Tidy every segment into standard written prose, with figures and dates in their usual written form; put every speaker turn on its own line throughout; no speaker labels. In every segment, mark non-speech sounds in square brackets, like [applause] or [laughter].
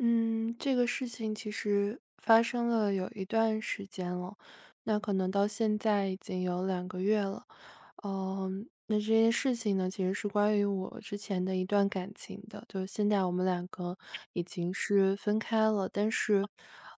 嗯，这个事情其实发生了有一段时间了，那可能到现在已经有两个月了。嗯。那这件事情呢，其实是关于我之前的一段感情的，就是现在我们两个已经是分开了，但是，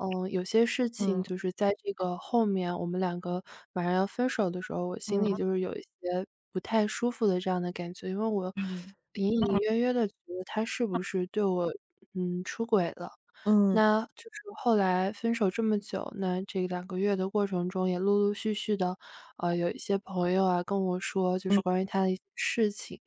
有些事情
嗯
就是在这个后面，我们两个马上要分手的时候，我心里
嗯
就是有一些不太舒服的这样的感觉，因为我
嗯
隐隐约约的觉得他是不是对我，出轨了。
嗯
那就是后来分手这么久，那这两个月的过程中，也陆陆续续的，有一些朋友啊，跟我说就是
嗯
关于他的一些事情。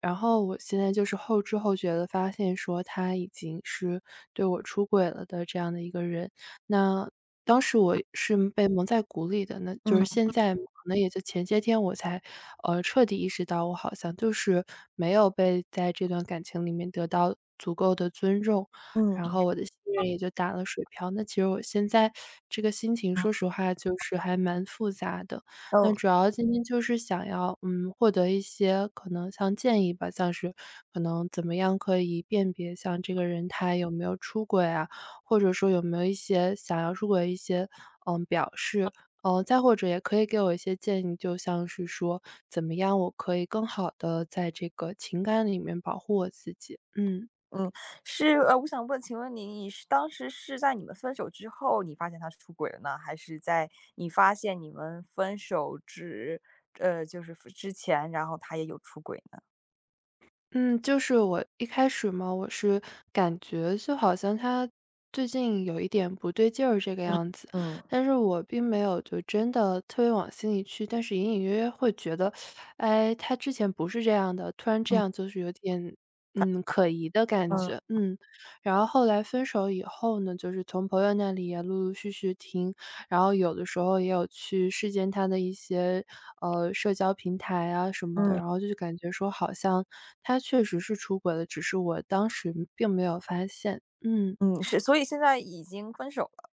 然后我现在就是后知后觉的发现说他已经是对我出轨了的这样的一个人。那当时我是被蒙在鼓里的，那就是
嗯
现在可能也就前些天我才，彻底意识到我好像就是没有被在这段感情里面得到足够的尊重。
嗯，
然后我的信任也就打了水漂。那其实我现在这个心情，说实话就是还蛮复杂的。那
哦，
主要今天就是想要，获得一些可能像建议吧，像是可能怎么样可以辨别像这个人他有没有出轨啊，或者说有没有一些想要出轨的一些，表示。再或者也可以给我一些建议，就像是说怎么样我可以更好的在这个情感里面保护我自己。嗯。
嗯，是，我想问，请问你，你是当时是在你们分手之后，你发现他出轨了呢，还是在你发现你们分手之，就是之前，然后他也有出轨呢？
嗯，就是我一开始嘛，我是感觉就好像他最近有一点不对劲儿这个样子，
嗯
但是我并没有就真的特别往心里去，但是隐隐约约会觉得，哎，他之前不是这样的，突然这
嗯
样就是有点。
反
可疑的感觉，
嗯
然后后来分手以后呢，就是从朋友那里也陆陆续续然后有的时候也有去试见他的一些，社交平台啊什么的，
嗯
然后就是感觉说好像他确实是出轨了，只是我当时并没有发现。嗯。
嗯，是，所以现在已经分手了。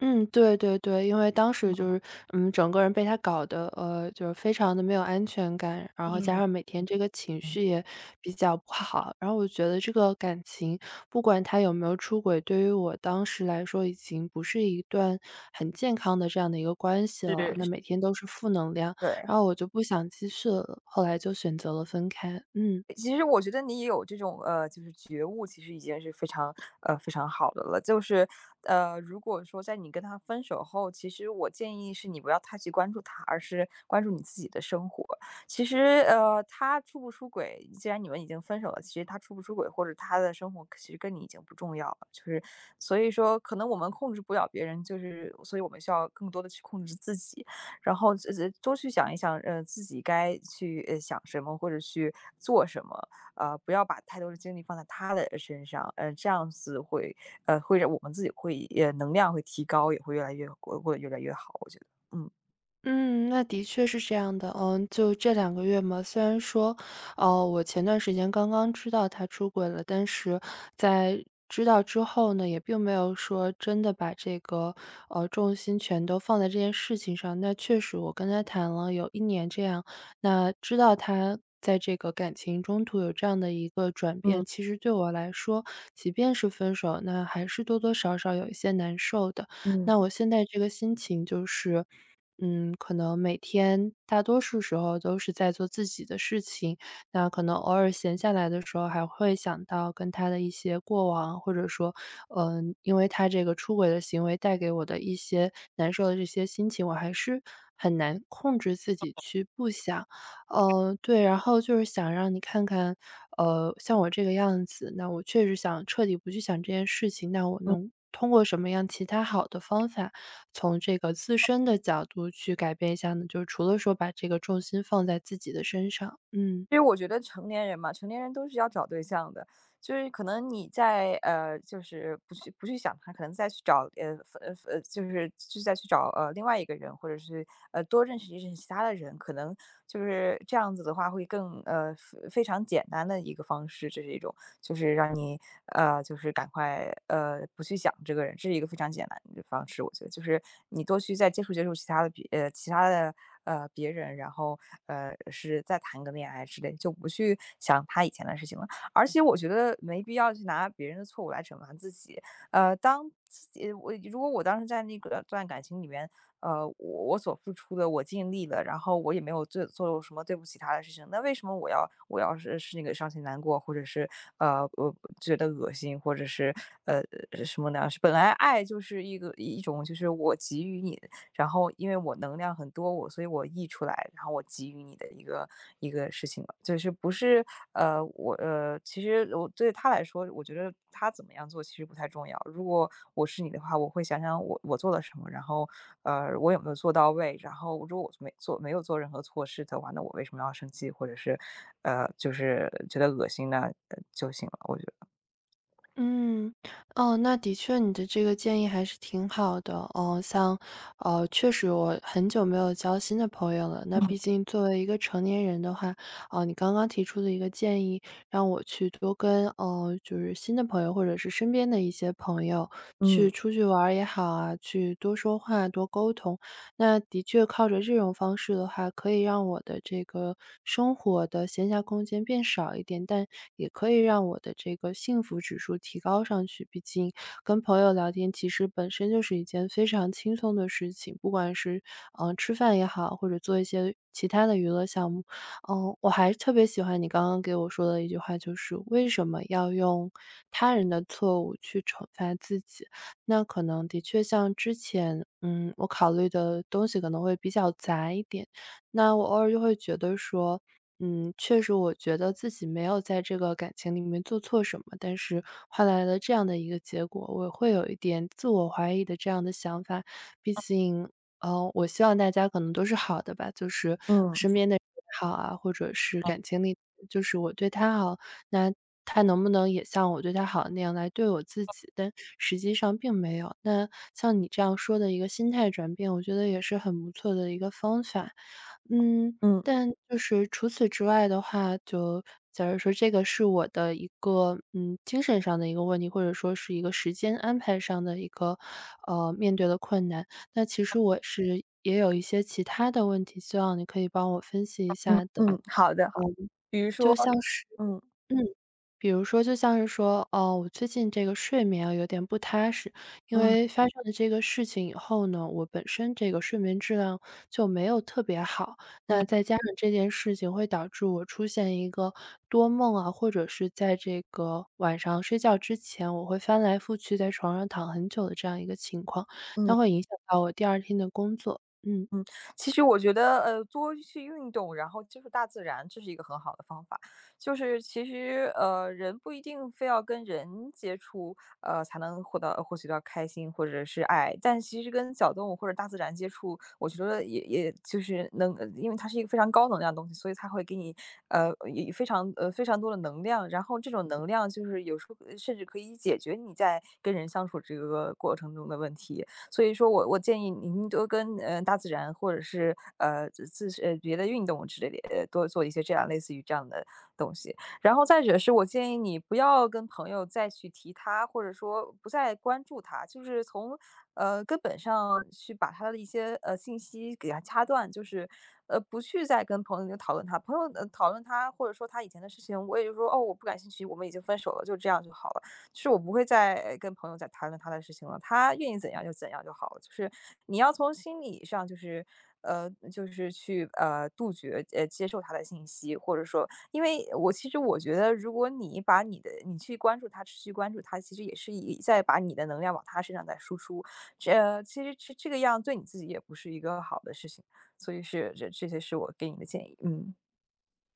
嗯，对对对，因为当时
嗯
就是，整个人被他搞得，就是非常的没有安全感，然后加上每天这个情
嗯，
绪也比较不好，然后我觉得这个感情，不管他有没有出轨，对于我当时来说已经不是一段很健康的这样的一个关系了，那
是，
每天都是负能量，
对。
然后我就不想继续了，后来就选择了分开，嗯。
其实我觉得你也有这种，就是觉悟，其实已经是非常，非常好的了。就是，如果说在你跟他分手后，其实我建议是你不要太去关注他，而是关注你自己的生活。其实，他出不出轨，既然你们已经分手了，其实他出不出轨或者他的生活其实跟你已经不重要了。就是，所以说可能我们控制不了别人，就是，所以我们需要更多的去控制自己。然后这多去想一想，自己该去想什么或者去做什么，不要把太多的精力放在他的身上，这样子会会让我们自己会能量会提高，也会越来越过得越来越好，我觉得，嗯。
嗯，那的确是这样的。嗯，就这两个月嘛，虽然说，哦，我前段时间刚刚知道他出轨了，但是在知道之后呢，也并没有说真的把这个，重心全都放在这件事情上。那确实我跟他谈了有1年这样，那知道他在这个感情中途有这样的一个转
嗯
变，其实对我来说，即便是分手，那还是多多少少有一些难受的。
嗯
那我
嗯。
现在这个心情就是可能每天大多数时候都是在做自己的事情，那可能偶尔闲下来的时候，还会想到跟他的一些过往，或者说，因为他这个出轨的行为带给我的一些难受的这些心情，我还是很难控制自己去不想。对，然后就是想让你看看，像我这个样子，那我确实想彻底不去想这件事情，那我能通过什么样其他好的方法，从这个自身的角度去改变一下呢？就是除了说把这个重心放在自己的身上，嗯。
因为我觉得成年人嘛，成年人都是要找对象的，就是可能你就是不去想他，可能再去找就是再去找另外一个人，或者是多认识一认识其他的人，可能就是这样子的话会非常简单的一个方式，这是一种。就是让你就是不去想这个人，这是一个非常简单的方式，我觉得就是你多去再接触接触其他的别人，然后是再谈个恋爱之类，就不去想他以前的事情了。而且我觉得没必要去拿别人的错误来惩罚自己。当自己如果我当时在那个段感情里面，我所付出的我尽力了，然后我也没有做什么对不起他的事情，那为什么我要是那个伤心难过，或者是我觉得恶心，或者是呃什么呢？是本来爱就是一种就是我给予你的。然后因为我能量很多，所以我溢出来，然后我给予你的一个事情了，就是不是其实我对他来说，我觉得他怎么样做其实不太重要。如果我是你的话，我会想想我做了什么，然后我有没有做到位，然后如果我没有做任何错事的话，那我为什么要生气，或者是就是觉得恶心呢就行了，我觉得。
嗯，哦，那的确你的这个建议还是挺好的。哦，像，确实我很久没有交新的朋友了。那毕竟作为一个成年人的话，哦，你刚刚提出的一个建议，让我去多跟，哦，就是新的朋友或者是身边的一些朋友去
嗯
出去玩儿也好啊，去多说话、多沟通。那的确靠着这种方式的话，可以让我的这个生活的闲暇空间变少一点，但也可以让我的这个幸福指数提高上去。毕竟跟朋友聊天，其实本身就是一件非常轻松的事情，不管是吃饭也好，或者做一些其他的娱乐项目，我还是特别喜欢你刚刚给我说的一句话，就是为什么要用他人的错误去惩罚自己？那可能的确像之前，我考虑的东西可能会比较杂一点，那我偶尔就会觉得说，确实我觉得自己没有在这个感情里面做错什么，但是换来了这样的一个结果，我会有一点自我怀疑的这样的想法。毕竟，我希望大家可能都是好的吧，就是
嗯
身边的人也好啊，或者是感情里就是我对他好，那他能不能也像我对他好的那样来对我自己？但实际上并没有。那像你这样说的一个心态转变，我觉得也是很不错的一个方法。嗯，
嗯
但就是除此之外的话，就假如说这个是我的一个，精神上的一个问题，或者说是一个时间安排上的一个，面对的困难。那其实我是也有一些其他的问题，希望你可以帮我分析一
嗯
下的。
嗯，好的好，
嗯，
比如说，
就像是
嗯
嗯，比如说就像是说，哦，我最近这个睡眠啊有点不踏实，因
嗯
为发生了这个事情以后呢，我本身这个睡眠质量就没有特别好，
嗯
那再加上这件事情会导致我出现一个多梦啊，或者是在这个晚上睡觉之前，我会翻来覆去在床上躺很久的这样一个情况，
嗯。
那会影响到我第二天的工作。嗯。
其实我觉得，多去运动，然后接触大自然，这是一个很好的方法。就是其实，人不一定非要跟人接触，才能获取到开心或者是爱。但其实跟小动物或者大自然接触，我觉得也就是能，因为它是一个非常高能量的东西，所以它会给你，也非常多的能量。然后这种能量就是有时候甚至可以解决你在跟人相处这个过程中的问题。所以说我建议您多跟大自然或者是呃自自呃别的运动之类的多做一些这样类似于这样的东西。然后再者是我建议你不要跟朋友再去提他，或者说不再关注他，就是从根本上去把他的一些信息给他掐断，就是不去再跟朋友讨论他，朋友、讨论他或者说他以前的事情，我也就说哦我不感兴趣，我们已经分手了，就这样就好了。是我不会再跟朋友再谈论他的事情了，他愿意怎样就怎样就好了。就是你要从心理上，就是就是去杜绝接受他的信息，或者说，因为其实我觉得，如果你把你去关注他，持续关注他，其实也是一在把你的能量往他身上再输出。其实这个样对你自己也不是一个好的事情，所以是这些是我给你的建议。嗯，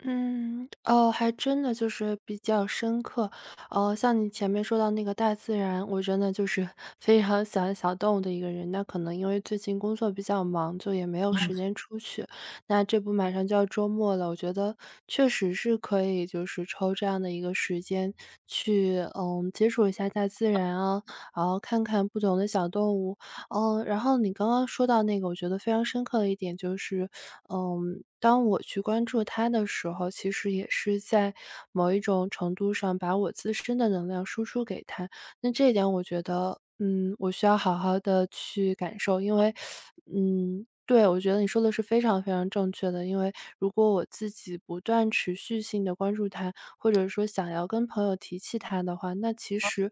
嗯，哦，还真的就是比较深刻。哦，像你前面说到那个大自然，我真的就是 [laughs] 非常喜欢小动物的一个人。那可能因为最近工作比较忙，就也没有时间出去。那这不马上就要周末了，我觉得确实是可以，就是抽这样的一个时间去，接触一下大自然啊，然后看看不同的小动物。然后你刚刚说到那个，我觉得非常深刻的一点就是，当我去关注它的时候，其实也是在某一种程度上把我自身的能量输出给它。那这一点我觉得，我需要好好的去感受，因为对，我觉得你说的是非常非常正确的。因为如果我自己不断持续性的关注它，或者说想要跟朋友提起它的话，那其实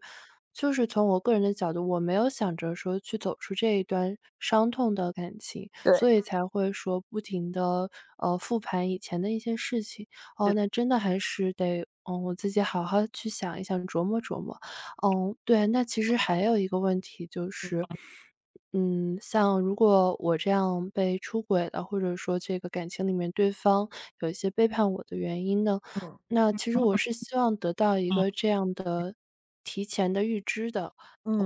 就是从我个人的角度，我没有想着说去走出这一段伤痛的感情。
对，
所以才会说不停的复盘以前的一些事情。
是，
哦，那真的还是得，我自己好好去想一想，琢磨琢磨。嗯，对，那其实还有一个问题就是，像如果我这样被出轨了，或者说这个感情里面对方有一些背叛我的原因呢，
嗯
那其实我是希望得到一
嗯。
个这样的提前的预知的。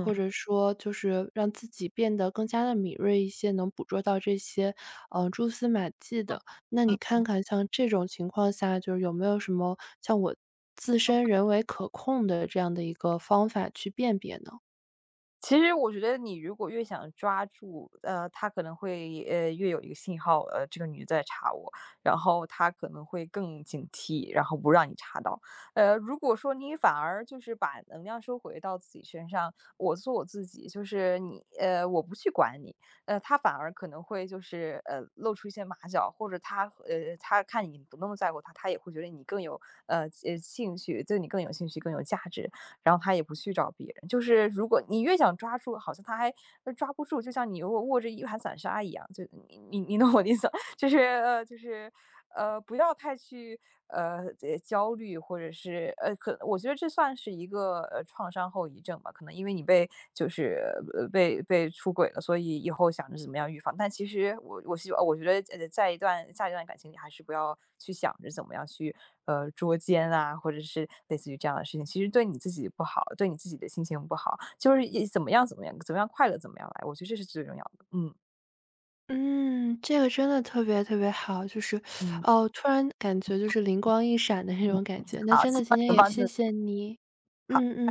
或者说就是让自己变得更加的敏锐一些，能捕捉到这些，蛛丝马迹的。那你看看像这种情况下，就是有没有什么像我自身人为可控的这样的一个方法去辨别呢？
其实我觉得你如果越想抓住，他可能会越有一个信号，这个女的在查我，然后他可能会更警惕，然后不让你查到。如果说你反而就是把能量收回到自己身上，我做我自己，就是我不去管你，他反而可能会就是露出一些马脚，或者他看你不那么在乎他，他也会觉得你更有呃兴趣，对你更有兴趣，更有价值。然后他也不去找别人。就是如果你越想抓住，好像他还抓不住，就像你如果握着一盘散沙一样，就你懂我的意思？就是就是不要太去焦虑，或者是可我觉得这算是一个创伤后遗症吧。可能因为你被就是被出轨了，所以以后想着怎么样预防。但其实我希望，我觉得在下一段感情里，还是不要去想着怎么样去捉奸啊，或者是类似于这样的事情。其实对你自己不好，对你自己的心情不好，就是一怎么样怎么样怎么样快乐怎么样来。我觉得这是最重要的。嗯
嗯，这个真的特别特别好，就是，
嗯，
哦，突然感觉就是灵光一闪的那种感觉，那
好，
真
希
的
望
今
你
天
能
也
帮助。
谢谢你。嗯嗯。